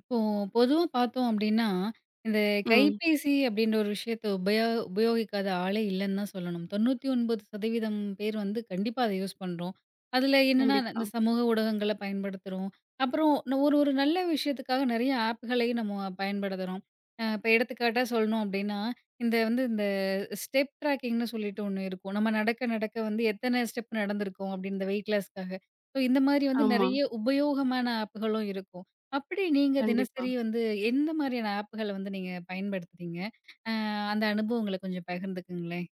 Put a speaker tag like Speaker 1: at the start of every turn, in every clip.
Speaker 1: இப்போ பொதுவா பார்த்தோம் அப்படின்னா, இந்த
Speaker 2: ம்.
Speaker 1: கைபேசி அப்படின்ற ஒரு விஷயத்த உபயோகிக்காத ஆளே இல்லன்னு தான் சொல்லணும். 99% பேர் வந்து கண்டிப்பா அத யூஸ் பண்றோம். அதுல என்னன்னா,
Speaker 2: கண்டிப்பா.
Speaker 1: இந்த சமூக ஊடகங்கள பயன்படுத்துறோம். அப்புறம் ஒரு ஒரு நல்ல விஷயத்துக்காக நெறைய ஆப்களையும் நம்ம பயன்படுத்துறோம். இப்ப எடுத்துக்காட்டா சொல்லணும் அப்படின்னா, இந்த ஸ்டெப் ட்ராக்கிங்ன்னு சொல்லிட்டு ஒண்ணு இருக்கும். நம்ம நடக்க நடக்க வந்து எத்தன ஸ்டெப் நடந்திருக்கோம் அப்படின்னு இந்த வெயிட் லாஸ்க்காக. ஸோ இந்த மாரி வந்து
Speaker 2: ஆமா.
Speaker 1: நெறைய உபயோகமான ஆப்களும் இருக்கும். அப்படி நீங்க
Speaker 2: கண்டிப்பா,
Speaker 1: தினசரி வந்து எந்த மாதிரியான ஆப்புகள வந்து நீங்க பயன்படுத்துறீங்க? அ அந்த அனுபவங்கள கொஞ்சம் பகிர்ந்துக்குங்களேன்?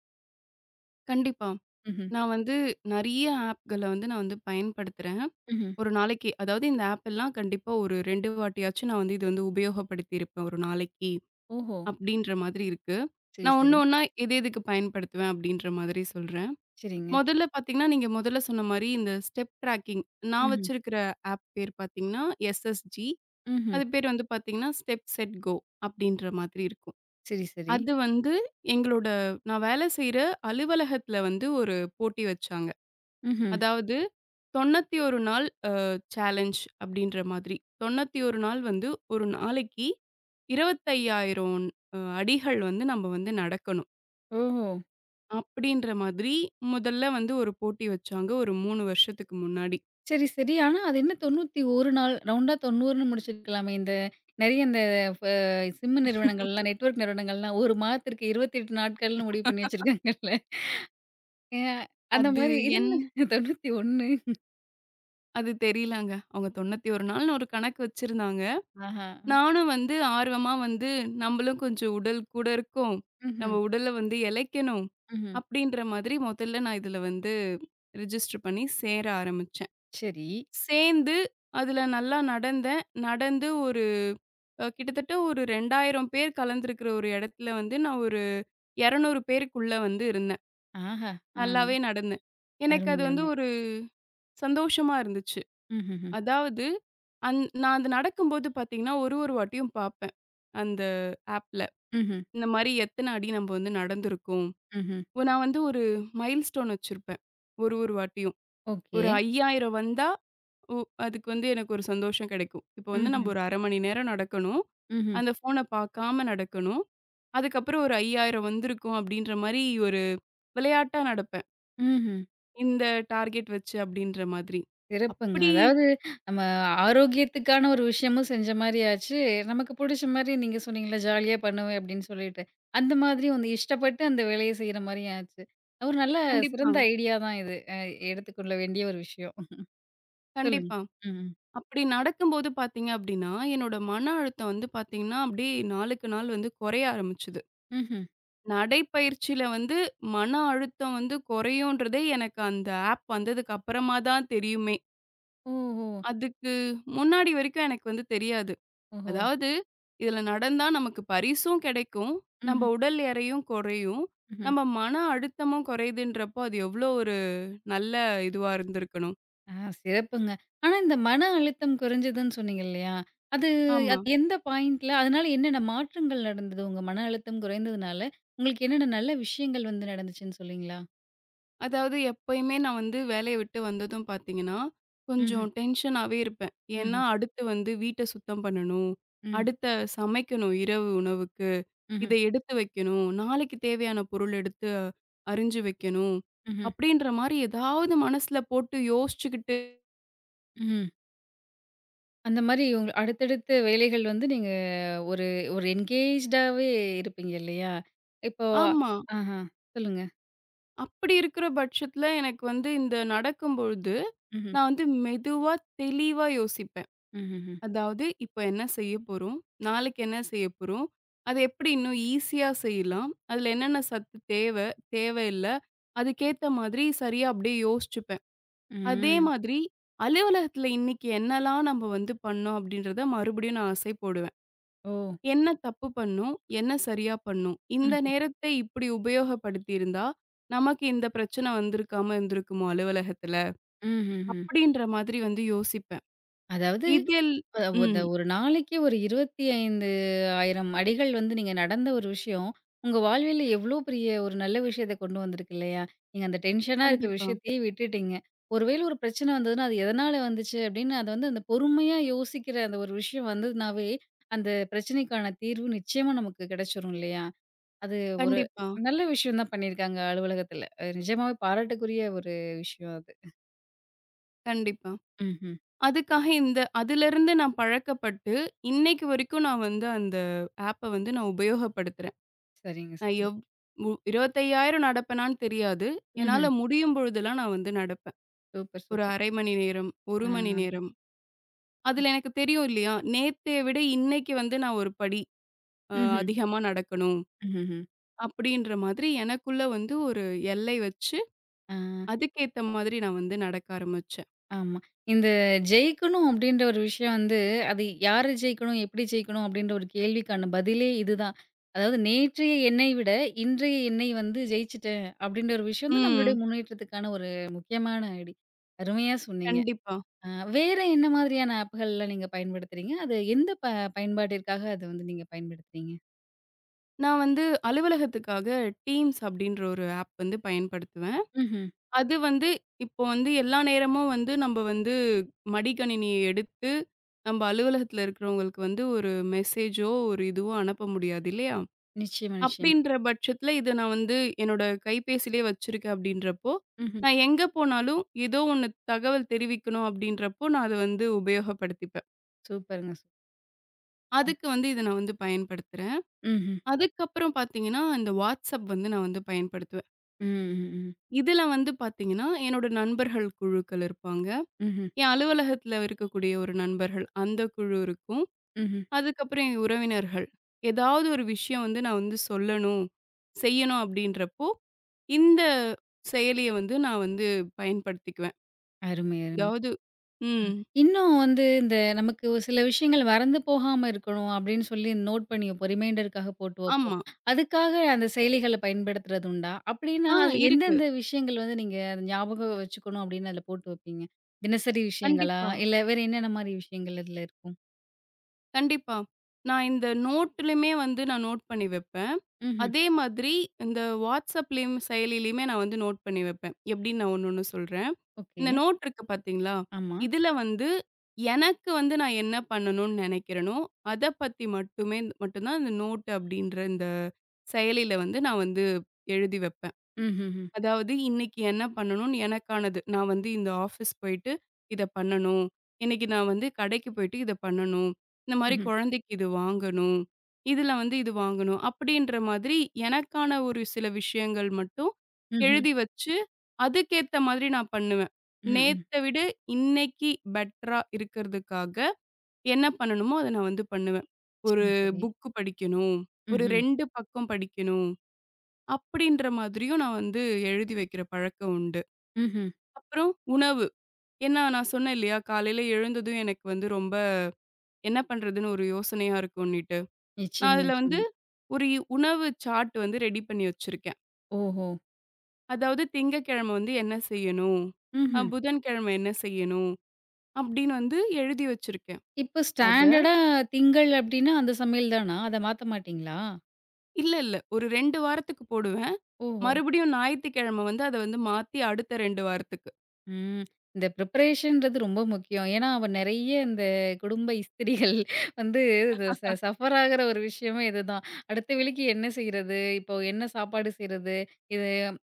Speaker 2: கண்டிப்பா.
Speaker 1: ம்ஹ்ம்.
Speaker 2: நான் வந்து நெறைய ஆப்கள வந்து நான் வந்து பயன்படுத்துறேன்.
Speaker 1: ம்ஹ்ம்.
Speaker 2: ஒரு நாளைக்கு அதாவது இந்த ஆப் எல்லாம் கண்டிப்பா ஒரு 2 வாட்டியாச்சும் நான் வந்து இது வந்து உபயோகப்படுத்தியிருப்பேன் ஒரு நாளைக்கு,
Speaker 1: ஓஹோ!
Speaker 2: அப்படின்ற மாதிரி இருக்கு.
Speaker 1: சரி,
Speaker 2: நான்
Speaker 1: சரி.
Speaker 2: ஒண்ணு ஒண்ணா எது எதுக்கு பயன்படுத்துவேன் அப்படின்ற மாதிரி சொல்றேன்.
Speaker 1: சரிங்க.
Speaker 2: முதல்ல பார்த்தீங்கன்னா, நீங்க முதல்ல சொன்ன மாரி இந்த ஸ்டெப் ட்ராக்கிங் நான்
Speaker 1: ம்ஹ்ம்.
Speaker 2: வச்சிருக்கிற ஆப் பேர் பார்த்தீங்கன்னா, எஸ்எஸ்ஜி.
Speaker 1: ம்ஹ்ம்.
Speaker 2: அது பேர் வந்து பார்த்தீங்கன்னா, ஸ்டெப் செட் கோ அப்படின்ற மாதிரி இருக்கும்.
Speaker 1: சரி, சரி.
Speaker 2: அது வந்து எங்களோட நான் வேலை செய்ற அலுவலகத்துல வந்து ஒரு போட்டி வச்சாங்க.
Speaker 1: ம்ஹ்ம்.
Speaker 2: அதாவது 91 நாள் சேலஞ்ச் அப்படின்ற மாதிரி. 91 நாள் வந்து ஒரு நாளைக்கு 25,000 அடிகள் வந்து நம்ம வந்து நடக்கணும்.
Speaker 1: ஓஹோ!
Speaker 2: அப்படின்ற மாதிரி முதல்ல வந்து ஒரு போட்டி வச்சாங்க ஒரு 3 வருஷத்துக்கு முன்னாடி.
Speaker 1: சரி, சரி. ஆனா அது என்ன 91 நாள், ரவுண்டா 90ன்னு முடிச்சிருக்கலாமே. இந்த நெறைய இந்த ஃப சிம் நிறுவனங்கள்லாம், நெட்வொர்க் நிறுவனங்கள்லாம் 1 மாதத்திற்கு 28 நாட்கள்னு முடிவு பண்ணி வச்சிருக்காங்கல்ல. அ அந்த
Speaker 2: அது
Speaker 1: மாரி இது
Speaker 2: என்
Speaker 1: என்ன 91?
Speaker 2: அது தெரியலங்க. அவங்க 91 நாள்னு ஒரு கணக்கு வச்சிருந்தாங்க.
Speaker 1: ஆஹா.
Speaker 2: நானும் வந்து ஆர்வமா வந்து, "நம்பளும் கொஞ்சம் உடல் கூட இருக்கோம்.
Speaker 1: ம்ஹ்ம்.
Speaker 2: நம்ம உடல வந்து இளைக்கணும்."
Speaker 1: ம்ஹ்ம்.
Speaker 2: அப்படின்ற மாதிரி முதல்ல நான் இதுல வந்து ரிஜிஸ்டர் பண்ணி சேர ஆரம்பிச்சேன்.
Speaker 1: சரி.
Speaker 2: சேர்ந்து அதுல நல்லா நடந்தேன். நடந்து ஒரு அ கிட்டத்தட்ட ஒரு 2000 பேர் கலந்திருக்கிற ஒரு இடத்துல வந்து நான் ஒரு 200 பேருக்குள்ள வந்து இருந்தேன்.
Speaker 1: ஆஹா! ஆ.
Speaker 2: நல்லாவே நடந்தேன். எனக்கு
Speaker 1: அருமை,
Speaker 2: அது வந்து
Speaker 1: அருமை.
Speaker 2: ஒரு சந்தோஷமா இருந்துச்சு.
Speaker 1: ம்ஹ்ஹ்ம்.
Speaker 2: அதாவது நான் அது நடக்கும்போது பார்த்தீங்கன்னா, ஒரு ஒரு வாட்டியும் பார்ப்பேன் அந்த ஆப்ல.
Speaker 1: ம்ஹ்ம்.
Speaker 2: இந்த மாரி எத்தன அடி நம்ம வந்து நடந்திருக்கோம்.
Speaker 1: ம்ஹ்ம்.
Speaker 2: நான் வந்து ஒரு மைல்ஸ்டோன் வச்சிருப்பேன். ஒரு ஒரு வாட்டியும்.
Speaker 1: ஓகே.
Speaker 2: ஒரு 5000 வந்தா, ஒ அதுக்கு வந்து எனக்கு ஒரு சந்தோஷம் கிடைக்கும். இப்போ வந்து நம்ம
Speaker 1: ம்ஹ்ம்.
Speaker 2: ஒரு 1/2 மணி நேரம் நடக்கணும்.
Speaker 1: ம்ஹ்ம்.
Speaker 2: அந்த ஃபோன பார்க்காம நடக்கணும். அதுக்கப்புறம் ஒரு 5000 வந்திருக்கும் அப்படின்ற மாரி ஒரு விளையாட்டா நடப்பேன்.
Speaker 1: ம்ஹ்ம்.
Speaker 2: இந்த டார்கெட் வச்சு அப்படின்ற மாதிரி.
Speaker 1: சிறப்புங்க.
Speaker 2: அப்படி
Speaker 1: அதாவது நம்ம ஆரோக்கியத்துக்கான ஒரு விஷயமும் செஞ்ச மாரி ஆச்சு. நமக்கு புடிச்ச மாரி நீங்க சொன்னீங்கல்ல, ஜாலியா பண்ணுவேன் அப்டின்னு சொல்லிட்டு. அந்த மாதிரி வந்து இஷ்டப்பட்டு அந்த வேலைய செய்ற மாரியும் ஆச்சு. ஒரு நல்ல
Speaker 2: கண்டிப்பா,
Speaker 1: சிறந்த ஐடியா தான் இது. எடுத்துக்கொள்ள வேண்டிய ஒரு விஷயம். சொல்லுங்க.
Speaker 2: கண்டிப்பா.
Speaker 1: ம்.
Speaker 2: அப்படி நடக்கும்போது பார்த்தீங்க அப்படின்னா, என்னோட மன அழுத்தம் வந்து பார்த்தீங்கன்னா, அப்படியே நாளுக்கு நாள் வந்து குறைய ஆரம்பிச்சது.
Speaker 1: ம்ஹ்ம்.
Speaker 2: நடைப்பயிற்சியில வந்து மன அழுத்தம் வந்து குறையுன்றதே எனக்கு அந்த ஆப் வந்ததுக்கு அப்புறமா தான் தெரியுமே.
Speaker 1: ஓஹோ!
Speaker 2: அதுக்கு முன்னாடி வரைக்கும் எனக்கு வந்து தெரியாது.
Speaker 1: ஓஹோ!
Speaker 2: அதாவது இதில நடந்தா நமக்கு பரிசும் கிடைக்கும்.
Speaker 1: ம்ஹ்ம்.
Speaker 2: நம்ம உடல் எடையும் குறையும்.
Speaker 1: ம்ஹ்ம்.
Speaker 2: நம்ம மன அழுத்தமும் குறையுதுன்றப்போ, அது எவ்ளோ ஒரு நல்ல இதுவா இருந்திருக்கணும்.
Speaker 1: ஆ சிறப்புங்க. ஆனா இந்த மன அழுத்தம் குறைஞ்சதுன்னு சொன்னீங்க இல்லையா? அது
Speaker 2: ஆமா.
Speaker 1: அது எந்த பாயிண்ட்ல அதனால என்னென்ன மாற்றங்கள் நடந்தது? உங்க மன அழுத்தம் குறைந்ததுனால, உங்களுக்கு என்னென்ன நல்ல விஷயங்கள் வந்து நடந்துச்சுன்னு சொல்றீங்களா?
Speaker 2: அதாவது எப்பயுமே நான் வந்து வேலைய விட்டு வந்ததும் பார்த்தீங்கன்னா,
Speaker 1: ம்ஹ்ம்,
Speaker 2: கொஞ்சம் டென்ஷனாவே இருப்பேன். ஏன்னா,
Speaker 1: ம்ஹ்ம்,
Speaker 2: அடுத்து வந்து வீட்ட சுத்தம் பண்ணணும்.
Speaker 1: ம்,
Speaker 2: அடுத்த சமைக்கணும் இரவு உணவுக்கு. இத
Speaker 1: ம்ஹ்ம்,
Speaker 2: எடுத்து வைக்கணும். நாளைக்கு தேவையான பொருள் எடுத்து அரிஞ்சு வைக்கணும்.
Speaker 1: ம்ஹ்ம்,
Speaker 2: அப்படின்ற மாரி ஏதாவது மனசுல போட்டு யோசிச்சுக்கிட்டு
Speaker 1: ம். அந்த மாரி உங்க அடுத்தடுத்த வேலைகள் வந்து நீங்க ஒரு ஒரு என்கேஜ்டாவே இருப்பீங்க இல்லையா? இப்போ
Speaker 2: ஆமா.
Speaker 1: ஆஹா, சொல்லுங்க.
Speaker 2: அப்படி இருக்கிற பட்சத்துல எனக்கு வந்து இந்த நடக்கும்பொழுது,
Speaker 1: ம்ஹ்ம்,
Speaker 2: நான் வந்து மெதுவா தெளிவா யோசிப்பேன்.
Speaker 1: ம்ஹ்ஹ்ம்,
Speaker 2: அதாவது இப்ப என்ன செய்ய போறோம்? நாளைக்கு என்ன செய்ய போறோம்? அது எப்படி இன்னும் ஈஸியா செய்யலாம்? அதுல என்னென்ன சத்து தேவ, தேவையில்ல? அதுக்கேத்த மாதிரி சரியா அப்படியே யோசிச்சு அதே
Speaker 1: ம்.
Speaker 2: மாதிரி அலுவலகத்துல இன்னைக்கு என்னலாம் நம்ம வந்து பண்ணோம் அப்படின்றத மறுபடியும் நான் அசை போடுவேன்.
Speaker 1: ஓ!
Speaker 2: என்ன தப்பு பண்ணோம்? என்ன சரியா பண்ணோம்? இந்த
Speaker 1: ம்ஹ்ம்,
Speaker 2: நேரத்தை இப்படி உபயோகப்படுத்தி இருந்தா, நமக்கு இந்த பிரச்சனை வந்திருக்காம இருந்திருக்குமோ அலுவலகத்துல?
Speaker 1: ம்ஹ்ஹ்ம்.
Speaker 2: அப்படின்ற மாதிரி வந்து யோசிப்பேன்.
Speaker 1: அதாவது
Speaker 2: இதில்
Speaker 1: அ உத
Speaker 2: ம்.
Speaker 1: ஒரு நாளைக்கு ஒரு 25,000 அடிகள் வந்து நீங்க நடந்த ஒரு விஷயம், உங்க வாழ்வியல்ல எவ்ளோ பெரிய ஒரு நல்ல விஷயத்த கொண்டு வந்திருக்கு இல்லையா? நீங்க அந்த டென்ஷனா இருக்கிற
Speaker 2: கண்டிப்பா,
Speaker 1: விஷயத்தையே விட்டுட்டீங்க. ஒருவேளை ஒரு பிரச்சனை வந்ததுன்னா, அது எதனால வந்துச்சு அப்படின்னு அத வந்து அந்த பொறுமையா யோசிக்கிற அந்த ஒரு விஷயம் வந்ததுனாவே, அந்த பிரச்சனைக்கான தீர்வு நிச்சயமா நமக்கு கிடைச்சிரும் இல்லையா? அது ஒரு
Speaker 2: கண்டிப்பா,
Speaker 1: நல்ல விஷயம் தான் பண்ணியிருக்காங்க அலுவலகத்துல. அது நிஜமாவே பாராட்டுக்குரிய ஒரு விஷயம் அது.
Speaker 2: கண்டிப்பா.
Speaker 1: ம்ஹ்ம்.
Speaker 2: அதுக்காக இந்த அதிலிருந்து நான் பழக்கப்பட்டு, இன்னைக்கு வரைக்கும் நான் வந்து அந்த ஆப்ப வந்து நான் உபயோகப்படுத்துறேன்.
Speaker 1: சரிங்க,
Speaker 2: நான்
Speaker 1: சரிங்க.
Speaker 2: எவ் மு 25,000 நடப்பேனான்னு தெரியாது.
Speaker 1: ம்ஹ்ம்.
Speaker 2: என்னால முடியும் பொழுதெல்லாம் நான் வந்து நடப்பேன்.
Speaker 1: சூப்பர்,
Speaker 2: ஒரு
Speaker 1: சூப்பர்.
Speaker 2: 1/2 மணி நேரம், 1
Speaker 1: ஆ.
Speaker 2: மணி நேரம். அதுல எனக்கு தெரியும் இல்லையா? நேத்தைய விட இன்னைக்கு வந்து நான் ஒரு படி அ
Speaker 1: ம்ஹ்ம்.
Speaker 2: அதிகமா நடக்கணும்.
Speaker 1: ம்ஹ்ம்.
Speaker 2: அப்படின்ற மாதிரி எனக்குள்ள வந்து ஒரு எல்லை வச்சு,
Speaker 1: ஆ,
Speaker 2: அதுக்கேத்த மாதிரி நான் வந்து நடக்க ஆரம்பிச்சேன்.
Speaker 1: ஆமா. இந்த ஜெயிக்கணும் அப்டின்ற ஒரு விஷயம் வந்து, அது யாரு ஜெயிக்கணும், எப்படி ஜெயிக்கணும் அப்டின்ற ஒரு கேள்விக்கான பதிலே இதுதான். அதாவது நேற்றைய என்னை விட, இன்றைய என்னை வந்து ஜெயிச்சுட்டேன் அப்டின்ற ஒரு விஷயம் தான் நம்மளுடைய
Speaker 2: ம்.
Speaker 1: முன்னேற்றத்துக்கான ஒரு முக்கியமான ஐடி. அருமையா சொன்னீங்க.
Speaker 2: கண்டிப்பா.
Speaker 1: அ வேற என்ன மாதிரியான ஆப்கள்லாம் நீங்க பயன்படுத்துறீங்க? அது எந்த பயன்பாட்டிற்காக அத வந்து நீங்க பயன்படுத்துறீங்க?
Speaker 2: நான் வந்து அலுவலகத்துக்காக Teams அப்படின்ற ஒரு ஆப் வந்து பயன்படுத்துவேன்.
Speaker 1: ம்ஹ்ம்.
Speaker 2: அது வந்து இப்போ வந்து எல்லா நேரமும் வந்து நம்ம வந்து மடிக்கணினிய எடுத்து, நம்ம அலுவலகத்துல இருக்கிறவங்களுக்கு வந்து ஒரு மெசேஜோ, ஒரு இதுவோ அனுப்ப முடியாது இல்லையா?
Speaker 1: நிச்சயமா, நிச்சயமா.
Speaker 2: அப்படின்ற பட்சத்துல இத நான் வந்து என்னோட கைபேசியிலேயே வச்சிருக்கேன் அப்படின்றப்போ,
Speaker 1: ம்ஹ்ம்.
Speaker 2: நான் எங்க போனாலும் ஏதோ ஒண்ணு தகவல் தெரிவிக்கணும் அப்படின்றப்போ, நான் அத வந்து உபயோகப்படுத்திப்பேன்.
Speaker 1: சூப்பருங்க.
Speaker 2: அதுக்கு வந்து இத நான் வந்து பயன்படுத்துறேன்.
Speaker 1: ம்ஹ்ம்.
Speaker 2: அதுக்கப்புறம் பார்த்தீங்கன்னா, இந்த WhatsApp வந்து நான் வந்து பயன்படுத்துவேன்.
Speaker 1: ம், ம், ம்.
Speaker 2: இதுல வந்து பார்த்தீங்கன்னா, என்னோட நண்பர்கள் குழுக்கள் இருப்பாங்க.
Speaker 1: ம்ஹ்ம்.
Speaker 2: என் அலுவலகத்துல இருக்கக்கூடிய ஒரு நண்பர்கள், அந்த குழு இருக்கும்.
Speaker 1: ம்ஹ்ம்.
Speaker 2: அதுக்கப்புறம் என் உறவினர்கள். ஏதாவது ஒரு விஷயம் வந்து நான் வந்து சொல்லணும், செய்யணும் அப்படின்றப்போ, இந்த செயலிய வந்து நான் வந்து பயன்படுத்திக்குவேன்.
Speaker 1: அருமை, அருமை.
Speaker 2: அதாவது ம்.
Speaker 1: இன்னும் வந்து இந்த நமக்கு ஒரு சில விஷயங்கள் மறந்து போகாம இருக்கணும் அப்படின்னு சொல்லி நோட் பண்ணி வைப்போம். ரிமைண்டருக்காக போட்டு வைப்போம்.
Speaker 2: ஆமா.
Speaker 1: அதுக்காக அந்த செயலிகள பயன்படுத்துறது உண்டா? அப்படின்னா
Speaker 2: ஆ
Speaker 1: அதுல
Speaker 2: இருக்கு.
Speaker 1: எந்தெந்த விஷயங்கள் வந்து நீங்க அத ஞாபகம் வச்சுக்கணும் அப்படின்னு அதுல போட்டு வைப்பீங்க? தினசரி விஷயங்களா?
Speaker 2: கண்டிப்பா.
Speaker 1: இல்ல வேற என்னென்ன மாரி விஷயங்கள் இதுல இருக்கும்?
Speaker 2: கண்டிப்பா. நான் இந்த நோட்டுலயுமே வந்து நான் நோட் பண்ணி வைப்பேன்.
Speaker 1: ம்ஹ்ம்.
Speaker 2: அதே மாதிரி இந்த WhatsAppலயும் செயலிலயுமே நான் வந்து நோட் பண்ணி வைப்பேன். எப்படின்னு நான் ஒண்ணு ஒண்ணு சொல்றேன்.
Speaker 1: ஓகே.
Speaker 2: இந்த நோட் இருக்கு பார்த்தீங்களா?
Speaker 1: ஆமா.
Speaker 2: இதுல வந்து எனக்கு வந்து நான் என்ன பண்ணணும்னு நினைக்கிறேனோ, அத பத்தி மட்டுமே மட்டும் தான் இந்த நோட் அப்படின்ற இந்த செயலில வந்து நான் வந்து எழுதி வைப்பேன்.
Speaker 1: ம்ஹ்ஹ்ம்.
Speaker 2: அதாவது இன்னைக்கு என்ன பண்ணணும்னு எனக்கானது. நான் வந்து இந்த ஆஃபீஸ் போயிட்டு இத பண்ணணும். இன்னைக்கு நான் வந்து கடைக்கு போயிட்டு இத பண்ணணும். இந்த மாரி
Speaker 1: ம்ஹ்ம்.
Speaker 2: குழந்தைக்கு இது வாங்கணும். இதுல வந்து இது வாங்கணும். அப்படின்ற மாதிரி எனக்கான ஒரு சில விஷயங்கள் மட்டும்
Speaker 1: ம்ஹ்ம்.
Speaker 2: எழுதி வச்சு, அதுக்கேத்த மாதிரி நான் பண்ணுவேன்.
Speaker 1: ம்ஹ்ம்.
Speaker 2: நேத்த விட இன்னைக்கு பெட்டரா இருக்கிறதுக்காக என்ன பண்ணணுமோ, அத நான் வந்து பண்ணுவேன். ஒரு
Speaker 1: சரி, சரி.
Speaker 2: புக் படிக்கணும். ஒரு
Speaker 1: ம்ஹ்ம்.
Speaker 2: 2 பக்கம் படிக்கணும். அப்படின்ற மாதிரியும் நான் வந்து எழுதி வைக்கிற பழக்கம் உண்டு.
Speaker 1: ம்ஹ்ம்.
Speaker 2: அப்புறம் உணவு. ஏன்னா நான் சொன்னேன் இல்லையா, காலையில எழுந்ததும் எனக்கு வந்து ரொம்ப என்ன பண்றதுன்னு ஒரு யோசனையா இருக்கும்னிட்டு. நான்
Speaker 1: நிச்சயமா,
Speaker 2: அதுல வந்து
Speaker 1: நிச்சயமா.
Speaker 2: ஒரு உணவு சார்ட் வந்து ரெடி பண்ணி வச்சிருக்கேன்.
Speaker 1: ஓஹோ!
Speaker 2: அதாவது திங்கட்கிழமை வந்து என்ன செய்யணும்?
Speaker 1: ம்ஹ்ம்.
Speaker 2: புதன்கிழமை என்ன செய்யணும்? அப்படின்னு வந்து எழுதி வச்சிருக்கேன்.
Speaker 1: இப்போ
Speaker 2: அத
Speaker 1: ஸ்டாண்டர்டா திங்கள் அப்டின்னா அந்த சமையல் தானா? அத மாத்த மாட்டீங்களா?
Speaker 2: இல்ல இல்ல. ஒரு 2 வாரத்துக்கு போடுவேன்.
Speaker 1: ஓஹோ!
Speaker 2: மறுபடியும் ஞாயித்துக்கிழமை வந்து அத வந்து மாத்தி அடுத்த 2 வாரத்துக்கு.
Speaker 1: ம். இந்த ப்ரிப்பரேஷன்றது ரொம்ப முக்கியம். ஏன்னா, அவ நெறைய இந்த குடும்ப இஸ்திரிகள் வந்து இது சஃபர் ஆகுற ஒரு விஷயமே இதுதான். அடுத்த வேளைக்கு என்ன செய்றது? இப்போ என்ன சாப்பாடு செய்றது? இது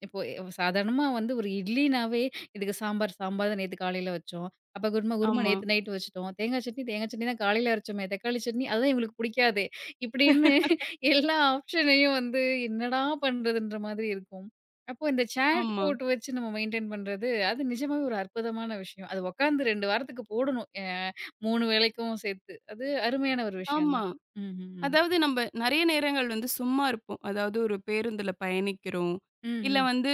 Speaker 1: இப்போ சாதாரணமா வந்து ஒரு இட்லினாவே, இதுக்கு சாம்பார் சாம்பார் தான் நேத்து காலையில வச்சோம். அப்ப குருமா குருமா
Speaker 2: ஆமா,
Speaker 1: நேத்து நைட் வச்சுட்டோம். தேங்காய் சட்னி தேங்காய் சட்னி தான் காலையில அரைச்சோமே. தக்காளி சட்னி அதுதான் இவங்களுக்கு பிடிக்காதே! இப்படின்னு எல்லா ஆப்ஷனையும் வந்து என்னடா பண்றதுன்ற மாதிரி இருக்கும். அப்போ இந்த சாட்
Speaker 2: ஆமா,
Speaker 1: போட்டு வச்சு நம்ம மெயின்டெயின் பண்றது, அது நிஜமாவே ஒரு அற்புதமான விஷயம். அது உட்காந்து 2 வாரத்துக்கு போடணும். 3 வேளைக்கும் சேர்த்து. அது அருமையான ஒரு விஷயம்
Speaker 2: ஆமா.
Speaker 1: தான். ம்ஹ்ம்.
Speaker 2: அதாவது நம்ப நெறைய நேரங்கள் வந்து சும்மா இருப்போம். அதாவது ஒரு பேருந்துல பயணிக்கிறோம்.
Speaker 1: ம்.
Speaker 2: இல்ல
Speaker 1: ம். ம்.
Speaker 2: வந்து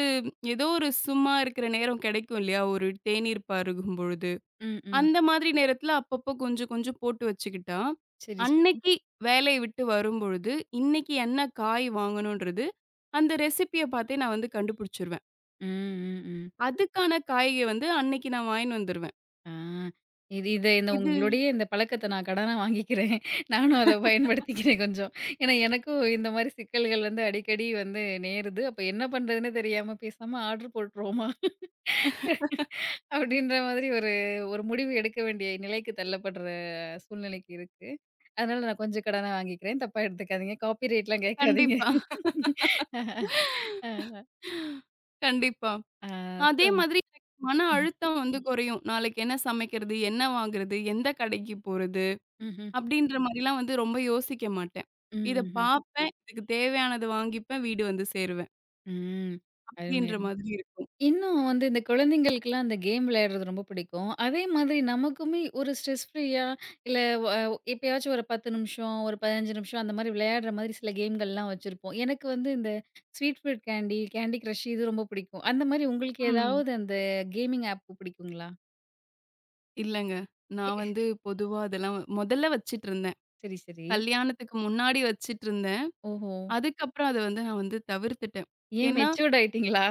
Speaker 2: ஏதோ ஒரு சும்மா இருக்கிற நேரம் கிடைக்கும் இல்லையா? ஒரு தேநீர் பருகும் பொழுது.
Speaker 1: ம். ம்.
Speaker 2: அந்த மாதிரி நேரத்துல அப்பப்போ கொஞ்சம் கொஞ்சம் போட்டு வச்சுக்கிட்டா,
Speaker 1: சரி, சரி.
Speaker 2: அன்னைக்கு வேலைய விட்டு வரும்பொழுது, இன்னைக்கு என்ன காய் வாங்கணுன்றது, அந்த ரெசிபிய பார்த்தே நான் வந்து கண்டுபிடிச்சுருவேன்.
Speaker 1: ம். ம். ம்.
Speaker 2: அதுக்கான காய்க வந்து அன்னைக்கு நான் வாங்கின்னு வந்துருவேன்.
Speaker 1: ஆ, இது இத இந்த
Speaker 2: இது
Speaker 1: உங்களுடைய இந்த பழக்கத்த நான் கடனா வாங்கிக்கிறேன். நானும் அத பயன்படுத்திக்கிறேன் கொஞ்சம். ஏன்னா எனக்கும் இந்த மாரி சிக்கல்கள் வந்து அடிக்கடி வந்து நேருது. அப்ப என்ன பண்றதுன்னே தெரியாம பேசாம ஆர்டர் போட்டுருவோமா? அப்படின்ற மாதிரி ஒரு ஒரு முடிவு எடுக்க வேண்டிய நிலைக்கு தள்ளப்படுற சூழ்நிலைக்கு இருக்கு. அதனால நான் கொஞ்சம் கடனா வாங்கிக்கிறேன். தப்பா எடுத்துக்காதீங்க. காப்பி ரேட்லாம் கேட்காதீங்க.
Speaker 2: கண்டிப்பா,
Speaker 1: ஆ,
Speaker 2: கண்டிப்பா.
Speaker 1: ஆ,
Speaker 2: அதே
Speaker 1: சொல்லுங்க.
Speaker 2: மாதிரி எனக்கு மன அழுத்தம் வந்து குறையும். நாளைக்கு என்ன சமைக்கிறது? என்ன வாங்குறது? எந்த கடைக்கு போறது?
Speaker 1: ம்ஹ்ம்.
Speaker 2: அப்படின்ற மாரிலாம் வந்து ரொம்ப யோசிக்க மாட்டேன்.
Speaker 1: ம்,
Speaker 2: இத
Speaker 1: ம்ஹ்ம்.
Speaker 2: பார்ப்பேன். இதுக்கு தேவையானத வாங்கிப்பேன். வீடு வந்து சேருவேன்.
Speaker 1: ம், ம். அருமை,
Speaker 2: அப்படின்ற
Speaker 1: அருமை.
Speaker 2: மாதிரி இருக்கும்.
Speaker 1: இன்னும் வந்து இந்த குழந்தைங்களுக்குலாம் அந்த கேம் விளையாடுறது ரொம்ப பிடிக்கும். அதே மாதிரி நமக்குமே ஒரு ஸ்ட்ரெஸ் ஃப்ரீயா இல்ல வ எப்பயாச்சும் ஒரு 10 நிமிஷம், ஒரு 15 நிமிஷம் அந்த மாரி விளையாடுற மாதிரி சில கேம்கள்லாம் வச்சிருப்போம். எனக்கு வந்து இந்த sweet fruit candy, Candy Crush இது ரொம்ப பிடிக்கும். அந்த மாரி உங்களுக்கு
Speaker 2: ம்.
Speaker 1: ஏதாவது அந்த கேமிங் ஆப் பிடிக்குங்களா?
Speaker 2: இல்லங்க. நான் வந்து பொதுவா அதெல்லாம் மொதல்ல வச்சுட்டுருந்தேன்.
Speaker 1: சரி, சரி.
Speaker 2: கல்யாணத்துக்கு முன்னாடி வச்சுட்டுருந்தேன்.
Speaker 1: ஓஹோ!
Speaker 2: அதுக்கப்புறம் அத வந்து நான் வந்து தவிர்த்துட்டேன்.
Speaker 1: ஏன்
Speaker 2: ஏன்னா
Speaker 1: மெச்சூர்ட் ஆயிட்டீங்களா?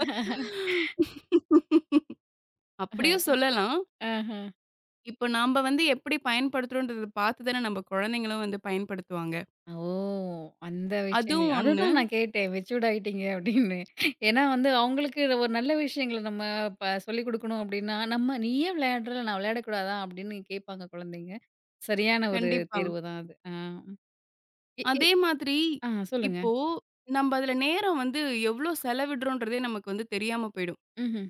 Speaker 2: அப்படியும் சொல்லலாம்.
Speaker 1: ஆஹ.
Speaker 2: இப்போ நம்ப வந்து எப்படி பயன்படுத்துறோன்றத பார்த்து தானே நம்ப குழந்தைங்களும் வந்து பயன்படுத்துவாங்க.
Speaker 1: ஓ! அந்த விஷயங்கள்.
Speaker 2: அதுவும் ஒண்ணு.
Speaker 1: அதுதான் நான் கேட்டேன். மெச்சூர்ட் ஆயிட்டீங்க அப்படின்னு. ஏன்னா வந்து அவங்களுக்கு ஒரு நல்ல விஷயங்கள நம்ம சொல்லிக் குடுக்கணும் அப்படின்னா, நம்ம "நீ ஏன் விளையாடுற? நான் விளையாடக்கூடாதா?" அப்படின்னு கேட்பாங்க குழந்தைங்க. சரியான ஒரு
Speaker 2: கண்டிப்பா.
Speaker 1: தேர்வு தான் அது. ஆ. இ இ
Speaker 2: அதே மாதிரி
Speaker 1: ஆ, சொல்லுங்க.
Speaker 2: இப்போ நம்ப அதுல நேரம் வந்து எவ்ளோ செலவிடுறோன்றதே நமக்கு வந்து தெரியாம போயிடும்.
Speaker 1: ம்ஹ்ம்.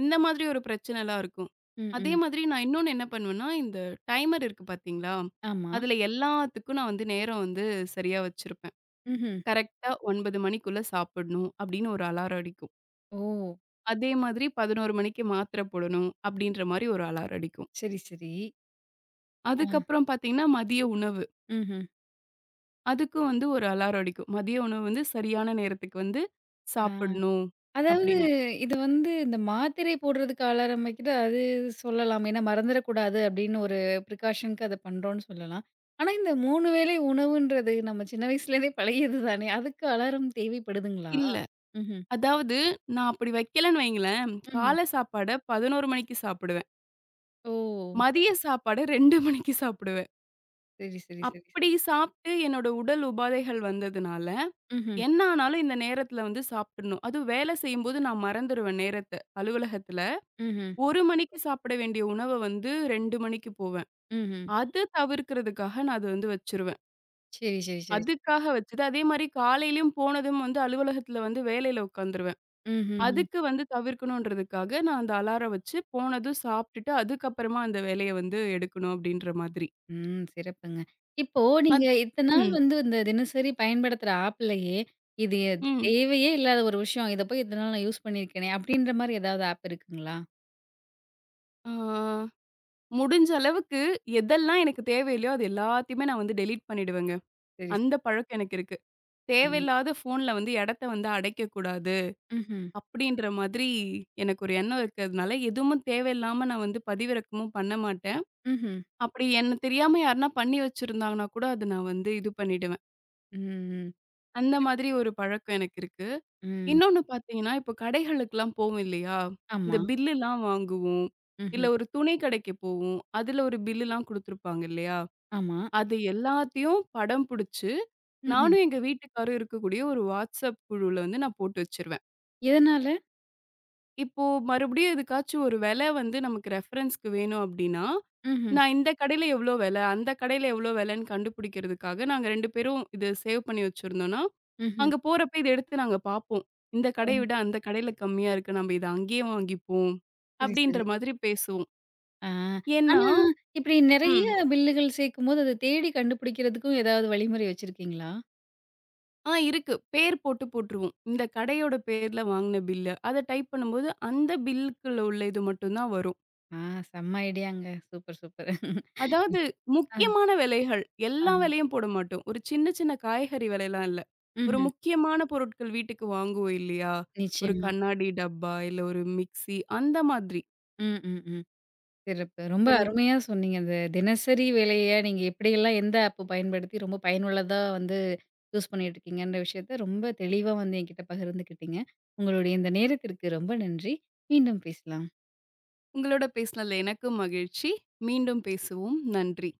Speaker 2: இந்த மாதிரி ஒரு பிரச்சனைலாம் இருக்கும்.
Speaker 1: ம்,
Speaker 2: அதே
Speaker 1: ம்.
Speaker 2: மாதிரி நான் இன்னொன்னு என்ன பண்ணுவேன்னா, இந்த டைமர் இருக்கு பார்த்தீங்களா?
Speaker 1: ஆமா.
Speaker 2: அதுல எல்லாத்துக்கும் நான் வந்து நேரம் வந்து சரியா வச்சிருப்பேன்.
Speaker 1: ம்ஹ்ம்.
Speaker 2: கரெக்ட்டா 9 மணிக்குள்ள சாப்பிடணும் அப்படின்னு ஒரு அலாரம் அடிக்கும்.
Speaker 1: ஓ!
Speaker 2: அதே மாதிரி 11 மணிக்கு மாத்திரை போடணும் அப்படின்ற மாரி ஒரு அலாரம் அடிக்கும்.
Speaker 1: சரி, சரி. ஆ.
Speaker 2: அதுக்கப்புறம் பார்த்தீங்கன்னா, மதிய உணவு.
Speaker 1: ம்ஹ்ம்.
Speaker 2: அதுக்கும் வந்து ஒரு அலாரம் அடிக்கும். மதிய உணவு வந்து சரியான நேரத்துக்கு வந்து
Speaker 1: ஆ.
Speaker 2: சாப்பிடணும்
Speaker 1: அதாவது
Speaker 2: அப்படின்னு.
Speaker 1: இது வந்து இந்த மாத்திரை போடுறதுக்கு ஆளாரம்பிக்குது அது சொல்லலாம். ஏன்னா மறந்துடக்கூடாது அப்படின்னு ஒரு ப்ரிகாஷனுக்கு அத பண்றோம்னு சொல்லலாம். ஆனா இந்த 3 வேளை உணவுன்றது நம்ம சின்ன வயசுலேருந்தே பழகியது தானே! அதுக்கு அலாரம் தேவைப்படுதுங்களா?
Speaker 2: இல்ல,
Speaker 1: ம்ஹ்ம்.
Speaker 2: அதாவது நான் அப்படி வைக்கலன்னு வைங்களேன்,
Speaker 1: ம்ஹ்ம்.
Speaker 2: காலை சாப்பாட 11 மணிக்கு சாப்பிடுவேன்.
Speaker 1: ஓ!
Speaker 2: மதிய சாப்பாட 2 மணிக்கு சாப்பிடுவேன்.
Speaker 1: சரி, சரி, சரி, சரி.
Speaker 2: அப்படி சாப்பிட்டு என்னோட உடல் உபாதைகள் வந்ததுனால,
Speaker 1: ம்ஹ்ம்.
Speaker 2: என்ன ஆனாலும் இந்த நேரத்துல வந்து சாப்பிட்டுடணும். அதுவும் வேலை செய்யும்போது நான் மறந்துருவேன் நேரத்த. அலுவலகத்துல
Speaker 1: ம்ஹ்ம். ம்ஹ்ம்.
Speaker 2: 1 மணிக்கு சாப்பிட வேண்டிய உணவ வந்து 2 மணிக்கு போவேன்.
Speaker 1: ம்ஹ்ம்.
Speaker 2: அது தவிர்க்கிறதுக்காக நான் அது வந்து வச்சுருவேன்.
Speaker 1: சரி, சரி, சரி.
Speaker 2: அதுக்காக வச்சது. அதே மாரி காலையிலயும் போனதும் வந்து அலுவலகத்துல வந்து வேலையில உட்காந்துருவேன்.
Speaker 1: ம்ஹ்ம்.
Speaker 2: அதுக்கு வந்து தவிர்க்கணுன்றதுக்காக நான் அந்த அலாரம் வச்சு, போனதும் சாப்ட்டுட்டு அதுக்கப்புறமா அந்த வேலைய வந்து எடுக்கணும் அப்டின்ற மாதிரி.
Speaker 1: ம். சிறப்புங்க. இப்போ நீங்க
Speaker 2: அத்
Speaker 1: இத்தன நாள்
Speaker 2: ம்,
Speaker 1: வந்து இந்த தினசரி பயன்படுத்துற ஆப்லயே, இது எது
Speaker 2: ம்.
Speaker 1: தேவையே இல்லாத ஒரு விஷயம். இத போய் இத்தன நாள் நான் யூஸ் பண்ணியிருக்கேனே! அப்டின்ற மாரி ஏதாவது ஆப் இருக்குங்களா?
Speaker 2: ஆ முடிஞ்ச அளவுக்கு எதெல்லாம் எனக்கு தேவையில்லையோ, அது எல்லாத்தையுமே நான் வந்து டெலீட் பண்ணிடுவேங்க.
Speaker 1: சரி.
Speaker 2: அந்த பழக்கம் எனக்கு இருக்கு.
Speaker 1: ம்.
Speaker 2: தேவையில்லாத ஃபோன்ல வந்து இடத்த வந்து அடைக்கக்கூடாது
Speaker 1: ம்ஹ்ம்.
Speaker 2: அப்டின்ற மாதிரி எனக்கு ஒரு எண்ணம் இருக்கிறதுனால, எதுவும் தேவையில்லாம நான் வந்து பதிவிறக்கமும் பண்ண மாட்டேன்.
Speaker 1: ம்ஹ்ம்.
Speaker 2: அப்படி என்ன தெரியாம யாருன்னா பண்ணி வச்சிருந்தாங்கன்னா கூட, அது நான் வந்து இது பண்ணிடுவேன்.
Speaker 1: ம்.
Speaker 2: அந்த
Speaker 1: சிறப்பு,
Speaker 2: மாதிரி
Speaker 1: சிறப்பு.
Speaker 2: ஒரு பழக்கம் எனக்கு இருக்கு.
Speaker 1: ம்.
Speaker 2: இன்னொன்னு பார்த்தீங்கன்னா, இப்போ கடைகளுக்குலாம் போவோம் இல்லையா? இந்த
Speaker 1: ஆமா.
Speaker 2: பில்லுலாம் வாங்குவோம். இல்ல
Speaker 1: ம்ஹ்ம்.
Speaker 2: ஒரு துணி கடைக்கு போவோம். அதுல ஒரு பில்லுலாம் குடுத்துருப்பாங்க இல்லையா?
Speaker 1: ஆமா.
Speaker 2: அது எல்லாத்தையும் படம் புடிச்சு,
Speaker 1: ம்ஹ்ம்.
Speaker 2: நானும் எங்க வீட்டுக்காரும் இருக்கக்கூடிய ஒரு WhatsApp குழுல வந்து நான் போட்டு வச்சிருவேன்.
Speaker 1: எதனால?
Speaker 2: இப்போ மறுபடியும் எதுக்காச்சும் ஒரு விலை வந்து நமக்கு ரெஃபரன்ஸ்க்கு வேணும் அப்டின்னா,
Speaker 1: ம்ஹ்ம்.
Speaker 2: நான் இந்த கடையில எவ்ளோ விலை, அந்த கடையில எவ்ளோ விலைன்னு கண்டுபிடிக்கிறதுக்காக நாங்க 2 பேரும் இது சேவ் பண்ணி வச்சிருந்தோம்னா,
Speaker 1: ம்ஹ்ம்.
Speaker 2: அங்க போறப்ப இத எடுத்து நாங்க பார்ப்போம். இந்த
Speaker 1: ஓ!
Speaker 2: கடைய விட அந்த கடையில கம்மியா இருக்கு. நம்ம இத அங்கேயே வாங்கிப்போம்.
Speaker 1: சரி,
Speaker 2: அப்டின்ற
Speaker 1: சரி.
Speaker 2: மாதிரி பேசுவோம்.
Speaker 1: ஆ.
Speaker 2: ஏன்னா
Speaker 1: ஆனா, இப்டி நெறைய
Speaker 2: ம்.
Speaker 1: பில்லுகள் சேர்க்கும்போது, அத தேடி கண்டுபிடிக்கிறதுக்கும் ஏதாவது வழிமுறை வச்சிருக்கீங்களா?
Speaker 2: ஆ இருக்கு. பேர் போட்டு போட்டுருவோம். இந்த கடையோட பேர்ல வாங்குன பில்லு. அத டைப் பண்ணும்போது அந்த பில்லுக்குள்ள உள்ள இது மட்டும் தான் வரும்.
Speaker 1: ஆ, செம்ம ஐடியாங்க. Super, super.
Speaker 2: அதாவது முக்கியமான விலைகள்.
Speaker 1: ஆ.
Speaker 2: எல்லா விலையும் போட மாட்டோம். ஒரு சின்ன சின்ன காய்கறி விலைலாம் இல்ல. ஒரு
Speaker 1: ம்ஹ்ம்.
Speaker 2: முக்கியமான பொருட்கள் வீட்டுக்கு வாங்குவோம் இல்லையா? ஒரு
Speaker 1: நிச்சயமா.
Speaker 2: கண்ணாடி டப்பா, இல்ல ஒரு மிக்ஸி அந்த மாதிரி.
Speaker 1: ம், ம், ம். சிறப்பு. ரொம்ப
Speaker 2: தன்
Speaker 1: அருமையா சொன்னீங்க. அந்த தினசரி வேலைய நீங்க எப்படியெல்லாம் எந்த ஆப் பயன்படுத்தி ரொம்ப பயனுள்ளதா வந்து யூஸ் பண்ணிட்டுருக்கீங்கன்ற விஷயத்த ரொம்ப தெளிவா வந்து என்கிட்ட பகிர்ந்துக்கிட்டீங்க. உங்களுடைய இந்த நேரத்திற்கு ரொம்ப நன்றி. மீண்டும் பேசலாம்.
Speaker 2: உங்களோட பேசினதுல எனக்கும் மகிழ்ச்சி. மீண்டும் பேசுவோம். நன்றி.